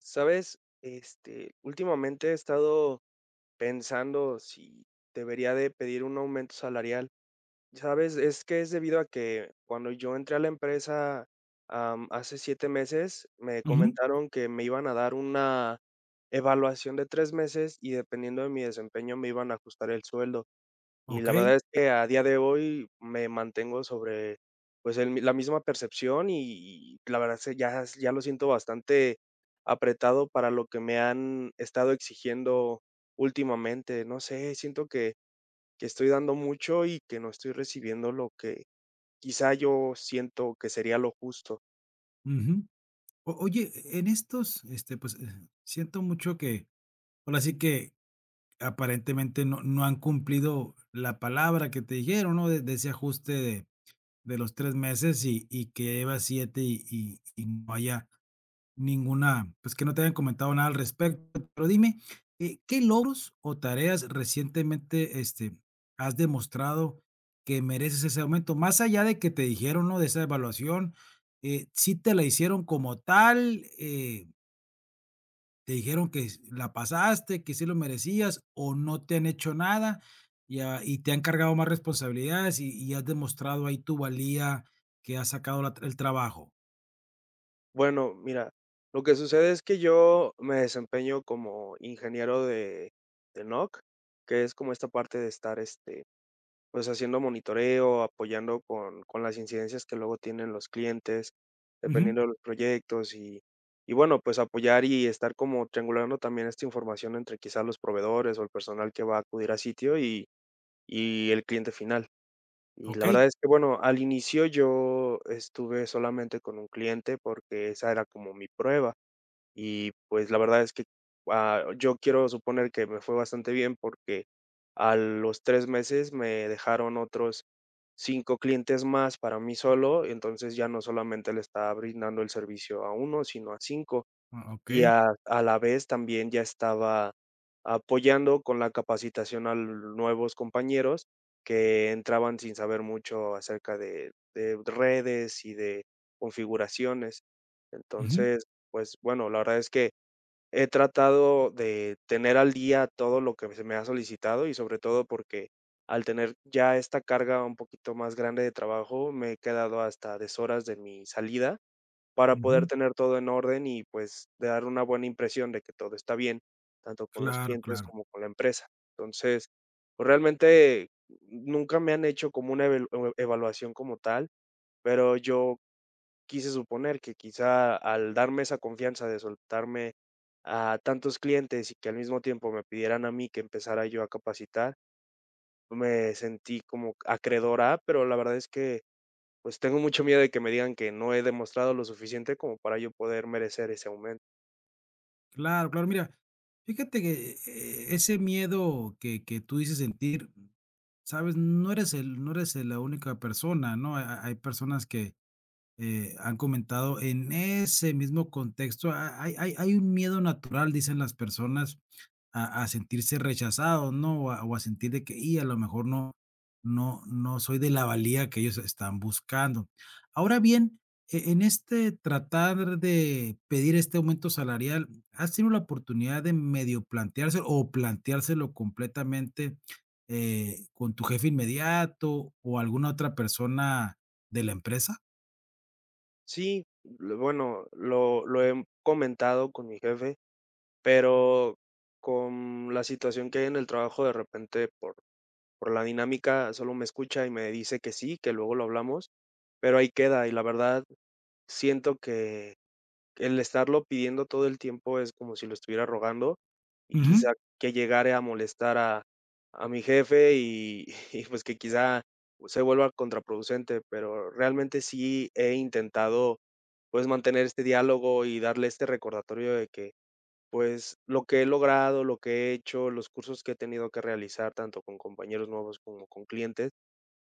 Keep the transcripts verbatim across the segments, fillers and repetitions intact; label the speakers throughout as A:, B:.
A: Sabes, este, últimamente he estado pensando si debería de pedir un aumento salarial. Sabes, es que es debido a que cuando yo entré a la empresa, am, hace siete meses, me
B: Ujú,
A: comentaron que me iban a dar una evaluación de tres meses y dependiendo de mi desempeño me iban a ajustar el sueldo. Y la
B: okey,
A: verdad es que a día de hoy me mantengo sobre, pues, el mi la misma percepción y y la verdad se ya s ya lo siento bastante apretado para lo que me han estado exigiendo últimamente. No sé, siento que que estoy dando mucho y que no estoy recibiendo lo que quizá yo siento que sería lo justo.
B: ujú. O oye, e, en estos, este, pues, eh, siento mucho que, ahora sí que aparentemente no no han cumplido la palabra que te dijeron, ¿no? De de ese ajuste de de los tres meses y y que llevas siete y y y no haya Ninguna, pues, que no te hayan comentado nada al respecto, pero dime, eh, ¿qué logros o tareas recientemente, este, has demostrado que mereces ese aumento? Más allá de que te dijeron, ¿no?, de esa evaluación, eh, ¿sí te la hicieron como tal? Eh, ¿te dijeron que s la pasaste, que sí lo merecías, o no te han hecho nada, y a y te han cargado más responsabilidades y y has demostrado ahí tu valía que has sacado la tra- el trabajo?
A: Bueno, mira, lo que sucede es que yo me desempeño como ingeniero de de N O C, que es como esta parte de estar, este, pues, haciendo monitoreo, apoyando con con las incidencias que luego tienen los clientes,
B: Ujú,
A: dependiendo de los proyectos y y bueno, pues, apoyar y estar como triangulando también esta información entre quizás los proveedores o el personal que va a acudir a sitio y y el cliente final. Y la
B: okey,
A: verdad es que, bueno, al inicio yo estuve solamente con un cliente porque esa era como mi prueba y, pues, la verdad es que, ah, yo quiero suponer que me fue bastante bien porque a los tres meses me dejaron otros cinco clientes más para mí solo, entonces ya no solamente le estaba brindando el servicio a uno, sino a cinco
B: ah,
A: y
B: okey,
A: a a la vez también ya estaba apoyando con la capacitación a nuevos compañeros que entraban sin saber mucho acerca de de redes y de configuraciones.
B: ujú,
A: Entonces, pues, bueno, la verdad es que He tratado de tener al día todo lo que se me ha solicitado y sobre todo porque al tener ya esta carga un poquito más grande de trabajo, me he quedado hasta deshoras de mi salida para poder
B: ujú.
A: tener todo en orden y pues de dar una buena impresión de que todo está bien, tanto con los
B: Claro,
A: clientes
B: claro.
A: como con la empresa. Entonces, pues realmente nunca me han hecho como una evalu- evaluación como tal, pero yo quise suponer que quizá al darme esa confianza de soltarme a tantos clientes y que al mismo tiempo me pidieran a mí que empezara yo a capacitar, me sentí como acreedora, pero la verdad es que pues tengo mucho miedo de que me digan que no he demostrado lo suficiente como para yo poder merecer ese aumento.
B: Claro, claro. Mira, fíjate que, eh, ese miedo que que tú dices sentir, ¿sabes? No eres el no eres la única persona, ¿no? Ha hay personas que, eh, han comentado en ese mismo contexto, ha hay hay hay un miedo natural, dicen las personas, A a sentirse rechazados, ¿no? O a o a sentir de que, y a lo mejor no no no soy de la valía que ellos están buscando. Ahora bien, e en este tratar de pedir este aumento salarial, ¿has tenido la oportunidad de medio planteárselo o planteárselo completamente, eh, con tu jefe inmediato o alguna otra persona de la empresa?
A: Sí, lo- bueno, lo, lo he comentado con mi jefe, pero con la situación que hay en el trabajo de repente por por la dinámica solo me escucha y me dice que sí, que luego lo hablamos, pero ahí queda. Y la verdad, siento que el estarlo pidiendo todo el tiempo es como si lo estuviera rogando y
B: Ujú.
A: quizá que llegare a molestar a, a mi jefe y, y pues que quizá se vuelva contraproducente, pero realmente sí he intentado pues mantener este diálogo y darle este recordatorio de que pues, lo que he logrado, lo que he hecho, los cursos que he tenido que realizar, tanto con compañeros nuevos como con clientes,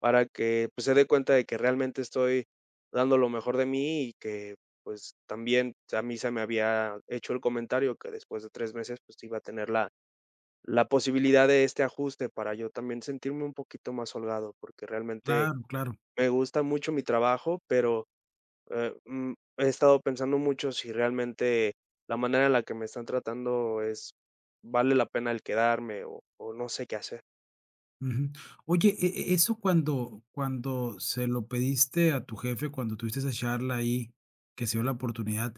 A: para que, pues, se dé cuenta de que realmente estoy dando lo mejor de mí y que, pues, también a mí se me había hecho el comentario que después de tres meses, pues, iba a tener la la posibilidad de este ajuste para yo también sentirme un poquito más holgado, porque realmente
B: Claro, claro.
A: me gusta mucho mi trabajo, pero eh, mm, he estado pensando mucho si realmente la manera en la que me están tratando es vale la pena el quedarme o, o no sé qué hacer.
B: Ujú. Oye, e e eso cuando cuando se lo pediste a tu jefe, cuando tuviste esa charla ahí, que se dio la oportunidad,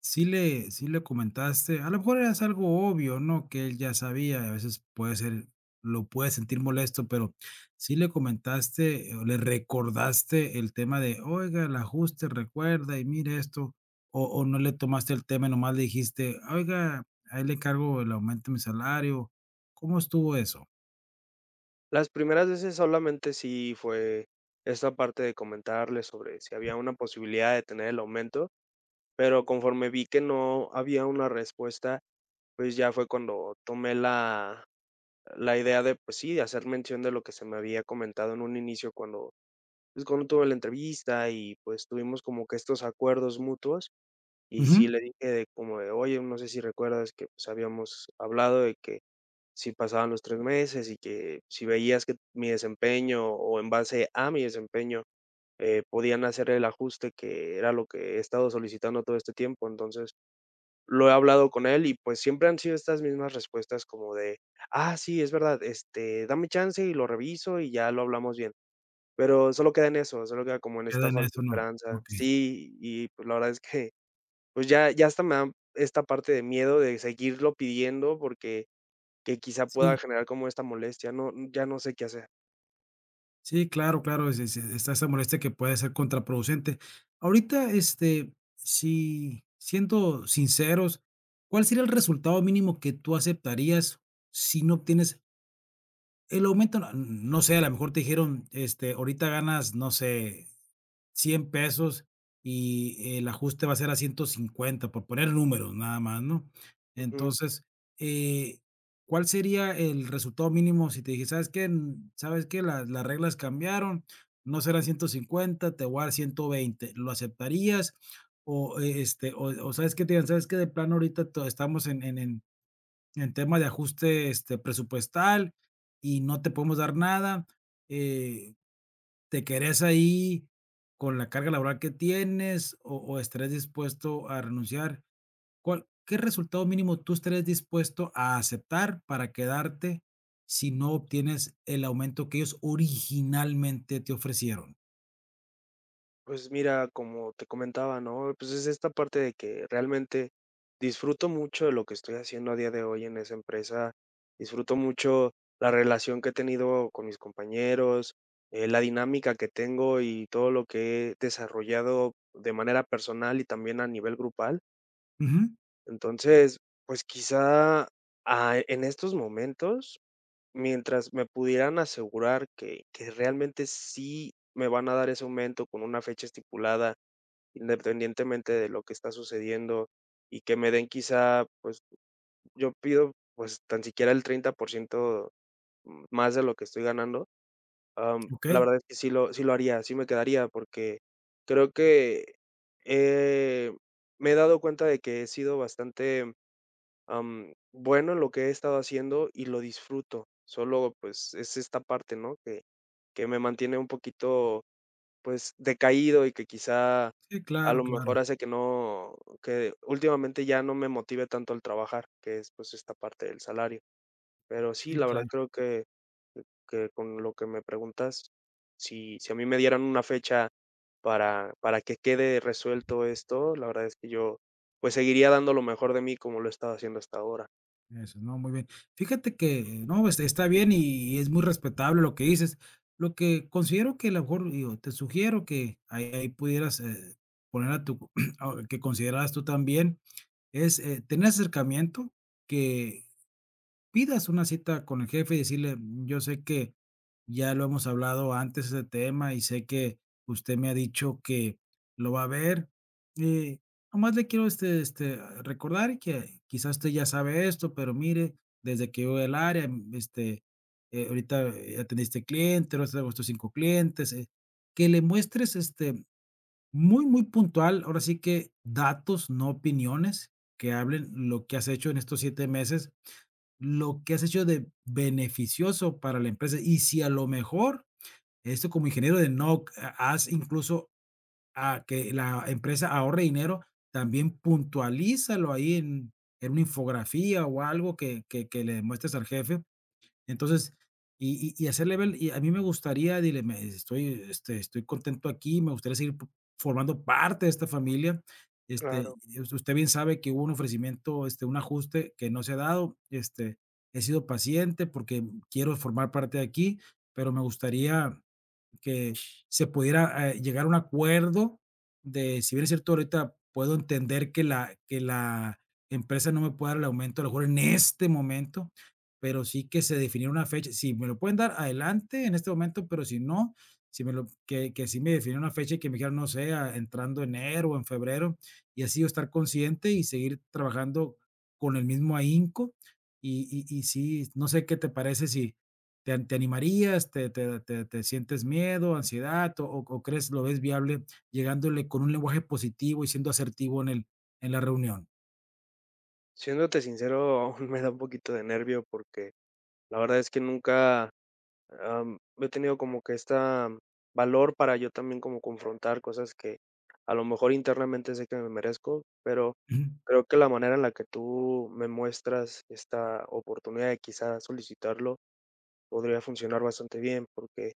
B: ¿sí le sí le comentaste? A lo mejor era algo obvio, ¿no?, que él ya sabía, a veces puede ser lo puede sentir molesto, pero, ¿sí le comentaste eh, o le recordaste el tema de: "Oiga, el ajuste, recuerda, y mire esto", o o no le tomaste el tema, nomás le dijiste: "Oiga, ahí le encargo el aumento de mi salario", ¿cómo estuvo eso?
A: Las primeras veces solamente sí fue esta parte de comentarles sobre si había una posibilidad de tener el aumento, pero conforme vi que no había una respuesta, pues ya fue cuando tomé la, la idea de, pues sí, de hacer mención de lo que se me había comentado en un inicio cuando, pues, cuando tuve la entrevista y pues tuvimos como que estos acuerdos mutuos. Y
B: Ujú,
A: sí le dije de como de: "Oye, no sé si recuerdas que, pues, habíamos hablado de que si pasaban los tres meses y que si veías que mi desempeño o en base a mi desempeño, eh, podían hacer el ajuste que era lo que he estado solicitando todo este tiempo". Entonces, lo he hablado con él y, pues, siempre han sido estas mismas respuestas como de: "Ah, sí, es verdad, este, dame chance y lo reviso y ya lo hablamos bien". Pero solo queda en eso, solo queda como en
B: queda
A: esta
B: en
A: falsa
B: eso, ¿no?
A: esperanza.
B: Okey.
A: Sí, y, pues, la verdad es que pues ya ya hasta me da esta parte de miedo de seguirlo pidiendo porque que quizá pueda
B: Sí,
A: generar como esta molestia, no, ya no sé qué hacer.
B: sí, claro, claro, es es está esa molestia que puede ser contraproducente. Ahorita, este, si siendo sinceros, ¿cuál sería el resultado mínimo que tú aceptarías si no obtienes el aumento? No no sé, a lo mejor te dijeron, este, ahorita ganas, no sé, cien pesos y el ajuste va a ser a ciento cincuenta por poner números nada más, ¿no?
A: Ujú.
B: Entonces, eh, ¿cuál sería el resultado mínimo si te dije: "¿Sabes qué? Mm, ¿sabes qué? Las las reglas cambiaron, no serán ciento cincuenta te voy a dar ciento veinte ¿lo aceptarías? O, e este, o o, ¿sabes qué? Te digan: "¿Sabes qué? De plano ahorita to estamos en en en en tema de ajuste, este, presupuestal y no te podemos dar nada", eh, ¿Te quedarías ahí con la carga laboral que tienes o o estarías dispuesto a renunciar? ¿Cuál qué resultado mínimo tú estarás dispuesto a aceptar para quedarte si no obtienes el aumento que ellos originalmente te ofrecieron?
A: Pues mira, como te comentaba, ¿no? Pues es esta parte de que realmente disfruto mucho de lo que estoy haciendo a día de hoy en esa empresa, disfruto mucho la relación que he tenido con mis compañeros, eh, la dinámica que tengo y todo lo que he desarrollado de manera personal y también a nivel grupal.
B: Ujú,
A: Entonces, pues, quizá, ah, en estos momentos, mientras me pudieran asegurar que que realmente sí me van a dar ese aumento con una fecha estipulada, independientemente de lo que está sucediendo, y que me den quizá, pues, yo pido, pues, tan siquiera el treinta por ciento más de lo que estoy ganando, am, la
B: okey.
A: verdad es que sí lo sí lo haría, sí me quedaría, porque creo que, eh, me he dado cuenta de que he sido bastante am, bueno en lo que he estado haciendo y lo disfruto. Solo, pues, es esta parte, ¿no? Que que me mantiene un poquito, pues, decaído y que quizá
B: Sí,
A: a
B: claro,
A: lo
B: claro.
A: mejor hace que no que últimamente ya no me motive tanto el trabajar, que es, pues, esta parte del salario. Pero sí,
B: Sí,
A: la verdad
B: claro.
A: creo que que con lo que me preguntas, si si a mí me dieran una fecha para para que quede resuelto esto, la verdad es que yo, pues, seguiría dando lo mejor de mí como lo he estado haciendo hasta ahora.
B: Eso, no, muy bien. Fíjate que, no, es- está bien y y es muy respetable lo que dices. Lo que considero que a lo mejor, digo, te sugiero que ahí, ahí pudieras eh, poner a tu, a- que consideras tú también, es eh, tener acercamiento, que pidas una cita con el jefe y decirle: "Yo sé que ya lo hemos hablado antes ese tema y sé que usted me ha dicho que lo va a ver, eh, nomás le quiero, este este, recordar que quizás usted ya sabe esto, pero mire, desde que yo el área, mm, este, eh, ahorita, eh, atendiste cliente, ahora tengo estos cinco clientes", eh, que le muestres, este, muy, muy puntual, ahora sí que datos, no opiniones, que hablen lo que has hecho en estos siete meses lo que has hecho de beneficioso para la empresa. Y si a lo mejor, esto como ingeniero de no ha- haz incluso a que la empresa ahorre dinero, también puntualízalo ahí en, en una infografía o algo que, que, que le demuestres al jefe entonces, y y y hacer level y a mí me gustaría, dile, me estoy, este, estoy contento aquí, me gustaría seguir po formando parte de esta familia. Este,
A: Claro.
B: y us usted bien sabe que hubo un ofrecimiento, este, un ajuste que no se ha dado, este, he sido paciente porque quiero formar parte de aquí, pero me gustaría que se pudiera eh, llegar a un acuerdo de, si bien es cierto, ahorita puedo entender que la, que la empresa no me puede dar el aumento, a lo mejor en este momento, pero sí que se definiera una fecha. Si me lo pueden dar adelante en este momento, pero si no, si me lo, que, que sí me definiera una fecha y que me dijeran, no sé, a- entrando enero o en febrero, y así yo estar consciente y seguir trabajando con el mismo ahínco. Y, y, y sí, no sé qué te parece si, ¿Te, an- te animarías? ¿Te, te, te, te sientes miedo, ansiedad o, o o crees, lo ves viable llegándole con un lenguaje positivo y siendo asertivo en el, en la reunión?
A: Siéndote sincero, me da un poquito de nervio porque la verdad es que nunca, am, he tenido como que esta mm, valor para yo también como confrontar cosas que a lo mejor internamente sé que me merezco, pero
B: Ujú,
A: creo que la manera en la que tú me muestras esta oportunidad de quizá solicitarlo podría funcionar bastante bien porque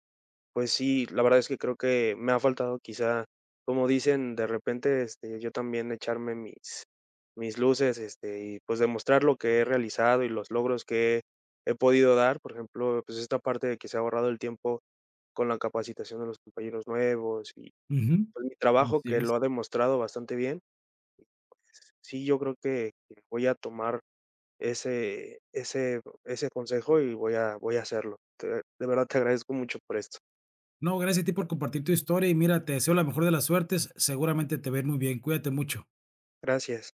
A: pues sí, la verdad es que creo que me ha faltado quizá, como dicen, de repente, este, yo también echarme mis mis luces, este, y pues demostrar lo que he realizado y los logros que he podido dar. Por ejemplo, pues esta parte de que se ha ahorrado el tiempo con la capacitación de los compañeros nuevos y
B: ujú,
A: pues mi trabajo
B: así
A: que
B: es.
A: lo ha demostrado bastante bien. Sí, yo creo que que voy a tomar ese ese ese consejo y voy a voy a hacerlo. Te De verdad te agradezco mucho por esto.
B: No, gracias a ti por compartir tu historia y mira, te deseo la mejor de las suertes. Seguramente te ver muy bien. Cuídate mucho.
A: Gracias.